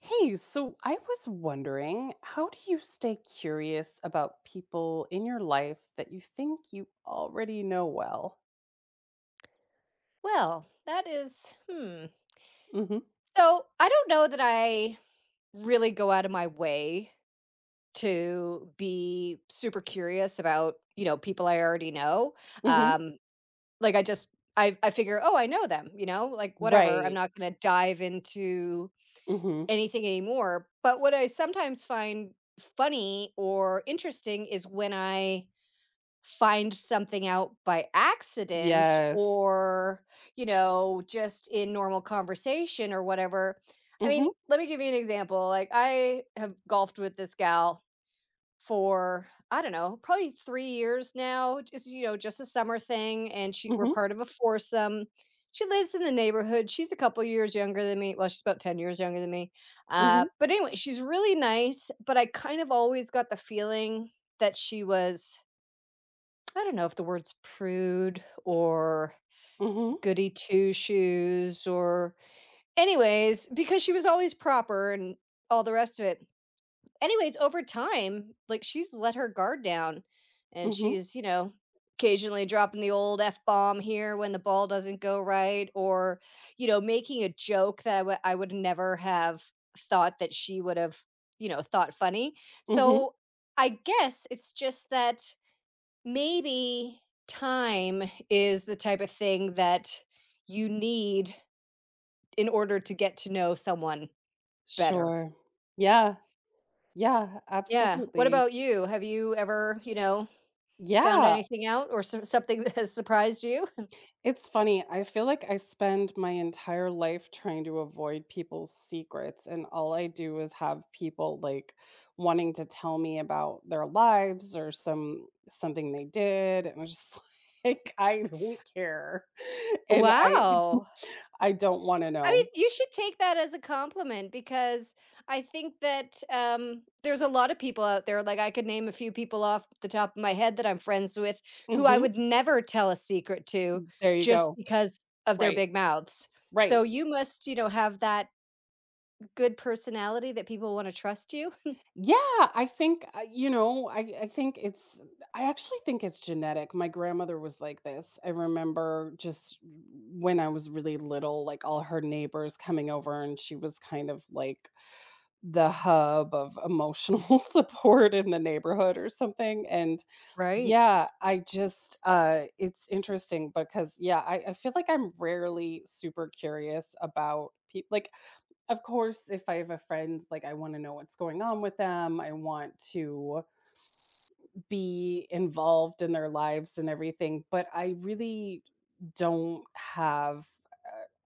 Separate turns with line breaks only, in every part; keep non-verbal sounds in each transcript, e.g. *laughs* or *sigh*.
Hey, so I was wondering, how do you stay curious about people in your life that you think you already know well?
Well, that is
Mhm.
I don't know that I really go out of my way to be super curious about, you know, people I already know.
Mhm.
Um, like I figure, "Oh, I know them," you know? Like whatever, I'm
Right.
not going to dive into
Mhm.
anything anymore. But what I sometimes find funny or interesting is when I find something out by accident
Yes.
or, you know, just in normal conversation or whatever. I mean,
Mhm.
let me give you an example. Like, I have golfed with this gal for, I don't know, probably 3 years now. Just, you know, just a summer thing. And we're
Mhm.
part of a foursome. She lives in the neighborhood. She's a couple years younger than me. Well, she's about 10 years younger than me.
Mhm.
But anyway, she's really nice. But I kind of always got the feeling that she was I don't know if the word's prude or
Mhm.
goody two shoes or anyways, because she was always proper and all the rest of it. Anyways, over time, like she's let her guard down and
Mhm.
she's, you know, occasionally dropping the old F bomb here when the ball doesn't go right or, you know, making a joke that I would never have thought that she would have, you know, thought funny.
Mhm.
So I guess it's just that maybe time is the type of thing that you need in order to get to know someone better.
Sure. Yeah. Yeah,
Yeah. What
absolutely.
about you? Have you ever, you know, found
Yeah.
anything out or something *laughs* that has surprised you? *laughs*
It's funny, I feel like I spend my entire life trying to avoid people's secrets, and all I do is have people, like, wanting to tell me about their lives or something they did, and I'm just *laughs* like, "I don't care," *laughs* and I
Wow.
I don't wanna
I
know.
mean, you should take that as a compliment because I think that there's a lot of people out there. Like, I could name a few people off the top of my head that I'm friends with who I
Mhm.
would never tell a secret to
There you
just
go.
because of their
Right.
big mouths. So
Right.
you must, you know, have that good personality that people want to trust you.
Yeah, I think, you know, I think it's I actually think it's genetic. My grandmother was like this. I remember just when I was really little, like all her neighbors coming over, and she was kind of like the hub of emotional *laughs* support in the neighborhood or something. And
Right.
yeah, I just it's interesting because yeah, I feel like I'm rarely super curious about people. Like, of course, if I have a friend, like, I want to know what's going on with them. I want to be involved in their lives and everything, but I really don't have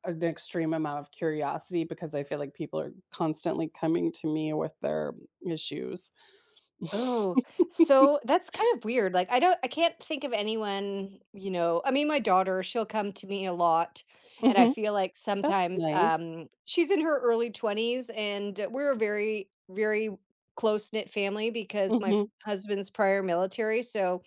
an extreme amount of curiosity because I feel like people are constantly coming to me with their issues.
Oh,
*laughs*
so that's kind of weird. Like, I can't think of anyone, you know. I mean, my daughter, she'll come to me a lot. And I
Hmm.
feel like
That's
sometimes
nice.
she's in her early 20s, and we're a very, very close knit family because my
Hmm.
husband's prior military. So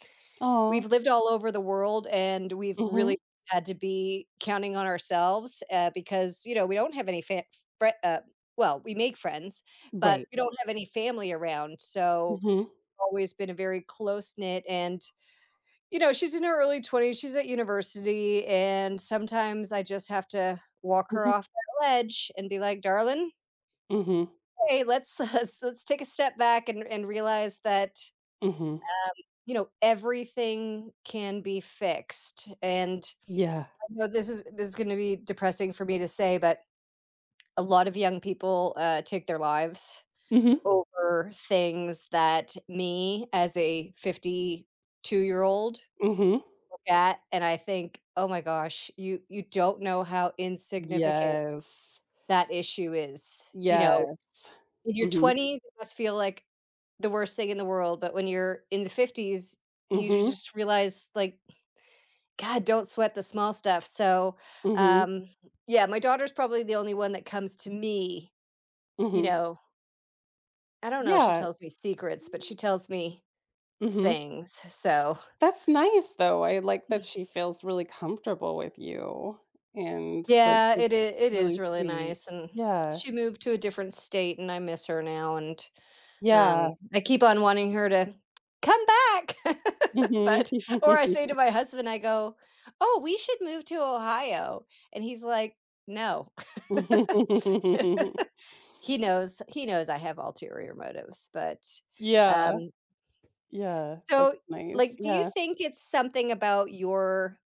we've
Oh.
lived all over the world and we've
Hmm.
really had to be counting on ourselves because, you know, we don't have fri- uh, well, we make friends, but
Right.
we don't have any family around. So,
Hmm.
always been a very close knit and you know, she's in her early 20s, she's at university, and sometimes I just have to walk her
Hmm.
off that ledge and be like, "Darling,
Hmm.
hey, let's *laughs* let's take a step back and realize that,
Hmm.
you know, everything can be fixed." And
Yeah.
I know this is gonna be depressing for me to say, but a lot of young people, take their lives
Hmm.
over things that me as a 52-year-old
Hmm.
That and I think, "Oh my gosh, you don't know how insignificant
Yes.
that issue is." You know,
Yes.
in your
Mhm.
20s, it must feel like the worst thing in the world, but when you're in the 50s, you ju
Mhm.
just realize, like, "God, don't sweat the small stuff." So,
Mhm.
um, yeah, my daughter's probably the only one that comes to me, you
Mhm.
know I don't know if she
Yeah.
tells me secrets, but she tells me
Mhm.
things, so
That's nice, though. I like that she feels really comfortable with you, and, like,
yeah, it
that's
is. it
really
is really
sweet.
nice, and
Yeah.
she moved to a different state, and I miss her now, and,
Yeah.
I keep on wanting her to come back, *laughs*
Mhm.
but or I say to my husband, I go, "Oh, we should move to Ohio," and he's like, "No."
*laughs*
*laughs* He knows I have ulterior motives, but,
Yeah.
um
Yeah.
so,
That's nice.
like, do you
Yeah.
think it's something about your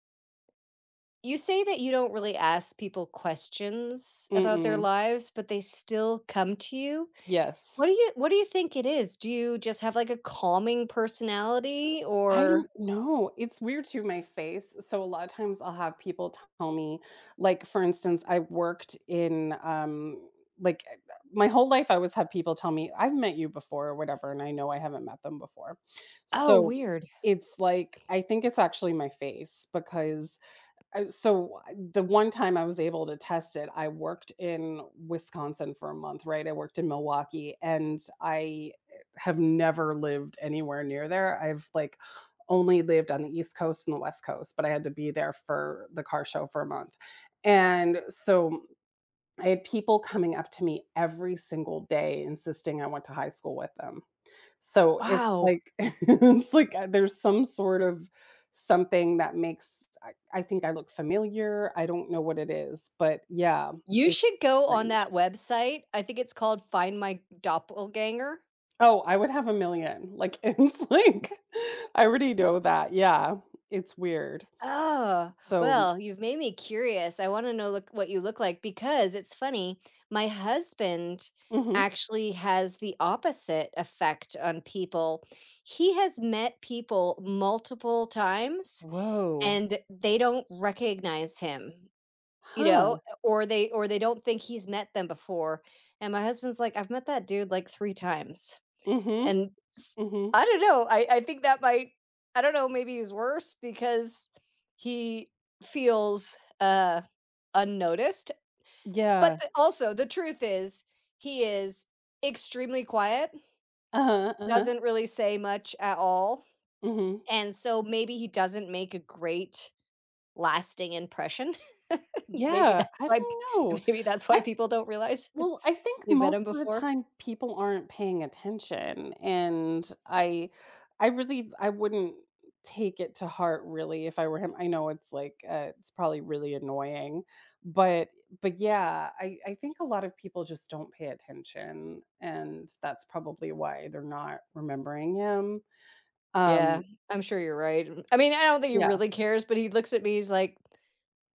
You say that you don't really ask people questions about their
Mm-mm.
lives, but they still come to you.
Yes.
What do you think it is? Do you just have, like, a calming personality
I
or
don't know. It's weird to my face. So a lot of times I'll have people tell me, like, for instance, I worked in like my whole life I always have people tell me, I've met you before or whatever, and I know I haven't met them before.
Oh,
So
weird.
it's like I think it's actually my face because so the one time I was able to test it, I worked in Wisconsin for a month, right? I worked in Milwaukee and I have never lived anywhere near there. I've like only lived on the East Coast and the West Coast, but I had to be there for the car show for a month. And so I had people coming up to me every single day insisting I went to high school with them. So it's
Wow.
like *laughs* it's like there's some sort of something that makes I think I look familiar. I don't know what it is, but yeah,
You
it's
should go on
strange.
that website. I think it's called Find My Doppelganger.
Oh, I would have a million. Like, *laughs* it's like I already know that. Yeah, it's weird.
Oh,
So.
well, you've made me curious. I want to know look what you look like because it's funny. My husband
Mhm.
actually has the opposite effect on people. He has met people multiple times
Whoa.
and they don't recognize him, you
Huh.
know, or they don't think he's met them before. And my husband's like, "I've met that dude like 3 times."
Mhm,
And s
mhm.
I don't know, I think that might I don't know, maybe he's worse because he feels, unnoticed,
Yeah.
but the also, the truth is, he is extremely quiet,
Uh-huh, uh-huh.
doesn't really say much at all,
Mhm.
and so maybe he doesn't make a great lasting impression. *laughs* Maybe
Yeah,
that's
I
why
don't know.
*laughs* maybe that's why people don't realize
Well, I think
they've met him
most of the
before.
time people aren't paying attention, and I wouldn't take it to heart really if I were him. I know it's like it's probably really annoying, but but yeah, I think a lot of people just don't pay attention, and that's probably why they're not remembering him.
Yeah,
Um
I'm sure you're right. I mean, I don't think he
yeah,
really cares, but he looks at me, he's like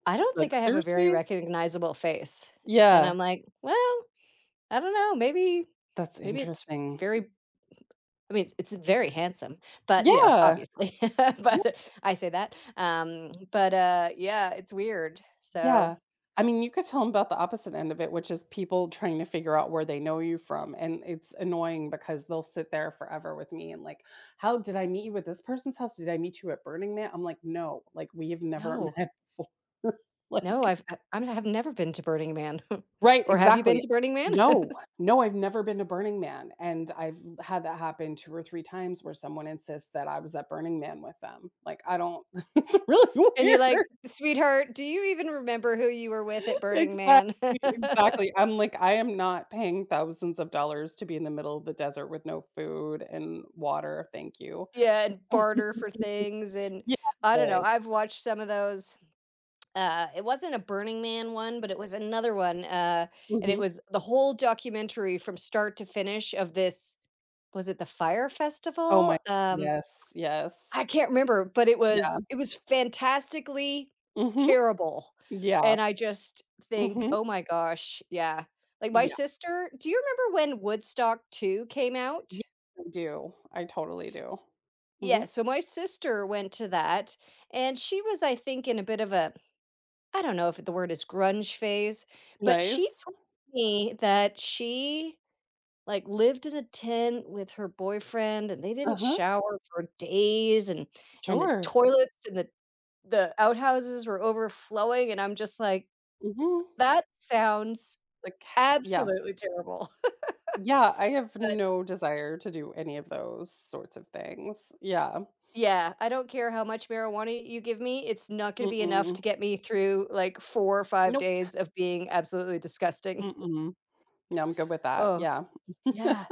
I don't think
like,
I have a very
seriously?
recognizable face, and
Yeah,
I'm like, "Well, I don't know, maybe
that's
maybe it's
interesting.
very" I mean, it's very handsome, but, you know,
Yeah.
obviously, *laughs* but I say that, yeah, it's weird, so
Yeah. I mean, you could tell them about the opposite end of it, which is people trying to figure out where they know you from, and it's annoying because they'll sit there forever with me and like, "How did I meet you at this person's house? Did I meet you at Burning Man?" I'm like, "No, like, we have never *laughs*
no,
met before." *laughs*
no,
Like
I have never been to Burning Man, *laughs*
Right,
or have you been
exactly.
to Burning Man? *laughs*
No, no, I've never been to Burning Man, and I've had that happen 2 or 3 times where someone insists that I was at Burning Man with them. Like, I don't *laughs* it's really
And you're
weird.
like, "Sweetheart, do you even remember who you were with at Burning
Exactly,
Man?" *laughs*
exactly. I'm like, I am not paying thousands of dollars to be in the middle of the desert with no food and water, thank you.
Yeah, and barter for
*laughs*
things, and
Yeah,
I don't know,
good.
I've watched some of those it wasn't a Burning Man one, but it was another one, and it
Mhm.
was the whole documentary from start to finish of this was it the Fire
Oh my
Festival?
Yes, yes.
I can't remember, but it
Yeah.
was fantastically
Mhm.
terrible,
Yeah.
and I just think,
Mhm.
"Oh my gosh, yeah." Like, my
Yeah.
sister do you remember when Woodstock 2 came
Ye
out?
I do. I totally do.
S Yeah,
Mhm.
so my sister went to that, and she was, I think, in a bit of a I don't know if the word is grunge phase, but she
Nice.
told me that she, like, lived in a tent with her boyfriend, and they didn't
Uh-huh.
shower for days, and the
Sure.
toilets and the outhouses were overflowing, and I'm just like,
Mhm.
"That sounds
Like, yeah.
absolutely terrible." *laughs*
Yeah, I have
But,
no desire to do any of those sorts of things. Yeah.
yeah, I don't care how much marijuana you give me, it's not gonna be enough
Mm-mm.
to get me through, like, 4 or 5
No.
days of being absolutely disgusting. *laughs*
Mm-mm. No, I'm good with that,
Oh,
yeah. *laughs*
yeah.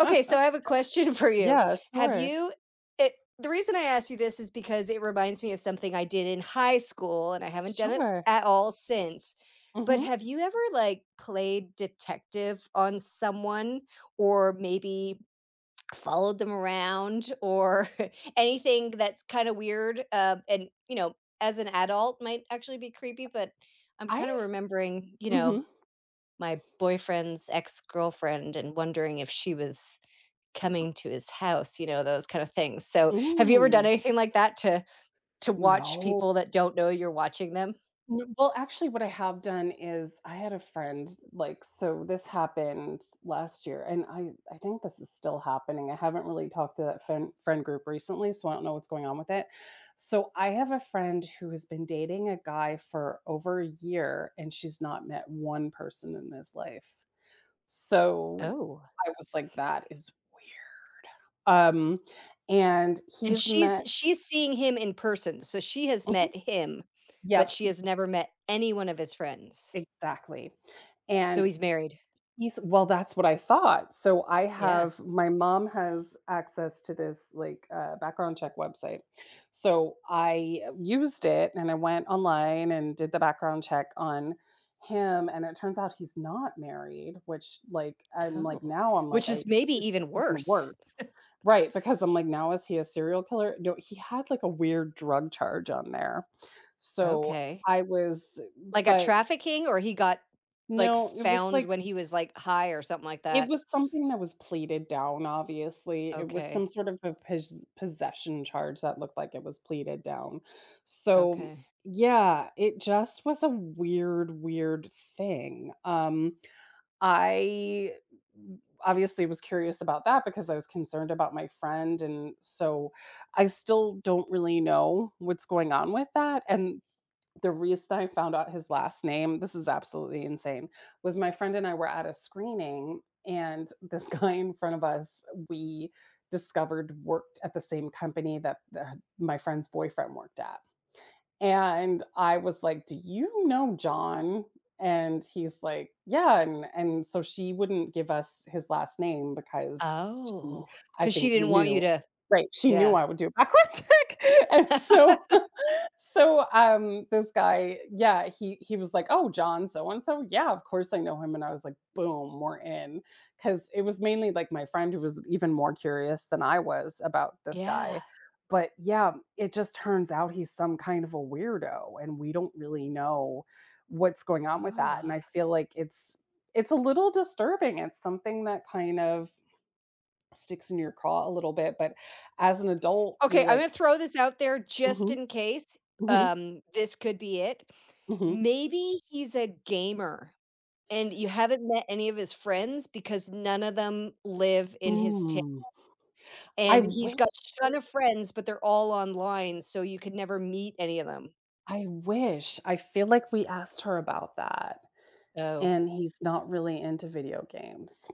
Okay, so I have a question *laughs* for you.
Yeah,
Have
sure.
you it The reason I asked you this is because it reminds me of something I did in high school and I haven't done it
Sure.
at all since. But
Mhm.
have you ever like played detective on someone or maybe followed them around or *laughs* anything that's kind of weird? And you know, as an adult might actually be creepy, but I'm kind of
I've
remembering, you know,
Mhm.
my boyfriend's ex-girlfriend and wondering if she was coming to his house, you know, those kind of things. So, have you ever done
Mm.
anything like that to watch
No.
people that don't know you're watching them?
N Well, actually, what I have done is I had a friend, like, so this happened last year, and I think this is still happening. I haven't really talked to that friend group recently, so I don't know what's going on with it. So, I have a friend who has been dating a guy for over a year, and she's not met one person in his life. So,
Oh.
I was like, "That is weird." Um, and
And
he's met.
she's seeing him in person, so she has
Mhm.
met him, but
Yep,
she has never met any one of his friends.
exactly.
So
And
he's married.
He's well, that's what I thought. So I
Yeah.
have my mom has access to this, like, background check website. So I used it and I went online and did the background check on him. And it turns out he's not married, which, like, I'm like,
Oh.
now I'm like,
Which is
I
maybe
it's
even
even
worse.
worse. Right, because I'm like, now is he a serial killer? No, he had like a weird drug charge on there. So,
Okay.
I was
Like a
but
trafficking or he got, like,
no, it was
found
like
when he was, like, high or something like
it
that?
was something that was pleaded down, obviously. It was some
Okay,
sort of a possession charge that looked like it was pleaded down. So,
okay.
yeah, it just was a weird, weird thing. I obviously was curious about that because I was concerned about my friend, and so I still don't really know what's going on with that. And the reason I found out his last name, this is absolutely insane, was my friend and I were at a screening, and this *laughs* guy in front of us, we discovered, worked at the same company that my friend's boyfriend worked at. And I was like, "Do you know John?" And he's like, "Yeah." And so she wouldn't give us his last name because she,
Oh,
I
because she
think,
didn't want you
knew.
to
Right. She knew
yeah.
I would do a background *laughs* check. And so, this guy, yeah, he was like, "Oh, John so and so? Yeah, of course I know him." And I was like, "Boom, we're in," because it was mainly like my friend who was even more curious than I was about this
Yeah,
guy. But yeah, it just turns out he's some kind of a weirdo, and we don't really know what's going on with that. And I
ah.
feel like it's a little disturbing. It's something that kind of sticks in your craw a little bit, but as an adult,
Okay,
you're
I'm gonna
like
throw this out there just
Mhm,
in case,
mhm,
this could be it.
mhm.
Maybe he's a gamer and you haven't met any of his friends because none of them live in his town,
Mm. I
and he's
wish,
got a ton of friends, but they're all online, so you could never meet any of them.
I wish. I feel like we asked her about that,
Oh.
and he's not really into video games.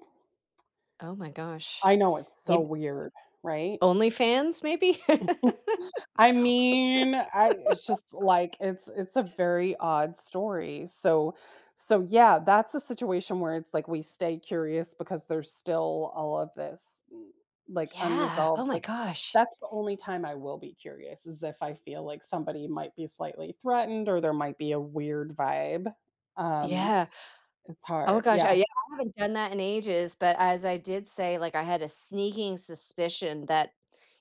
Oh my gosh.
I know it's so
Maybe
weird, right?
OnlyFans maybe? *laughs*
*laughs* I mean, I it's just like it's a very odd story. So yeah, that's a situation where it's like we stay curious because there's still all of this like,
Yeah,
unresolved,
oh my
like,
gosh.
that's the only time I will be curious: is if I feel like somebody might be slightly threatened or there might be a weird vibe. Um
Yeah.
it's
Oh my
hard.
gosh, I
Yeah.
yeah, I haven't done that in ages, but as I did say, like, I had a sneaking suspicion that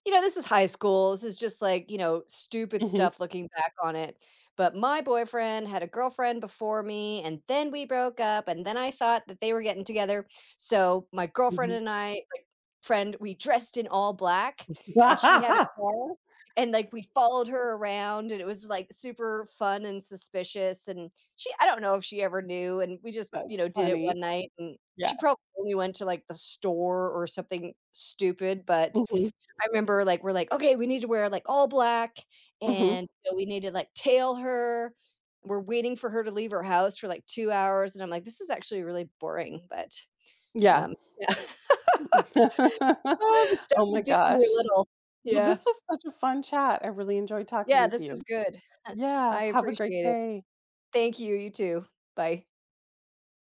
you know, this is high school, this is just, like, you know, stupid
Mhm.
stuff looking back on it, but my boyfriend had a girlfriend before me, and then we broke up, and then I thought that they were getting together, so my girlfriend
Mhm.
and I friend, we dressed in all black, and she had a
*laughs*
car, and, like, we followed her around, and it was, like, super fun and suspicious, and she I don't know if she ever knew, and we just, you know,
That's
did it
funny.
one night, and
Yeah.
she probably only went to, like, the store or something stupid, but
Mhm.
I remember, like, we're like, "Okay, we need to wear, like, all black,
Mhm.
and, you know, we need to, like, tail her." We're waiting for her to leave her house for, like, 2 hours, and I'm like, "This is actually really boring,"
Yeah.
um, yeah.
*laughs*
Oh, the stuff
Oh
you
my
did when you're
gosh.
little.
Well,
Yeah.
this was such a fun chat. I really enjoyed talking
Yeah,
with
this was
you.
good. *laughs*
Yeah,
I
have a great
appreciate it.
day.
Thank you, you too. Bye.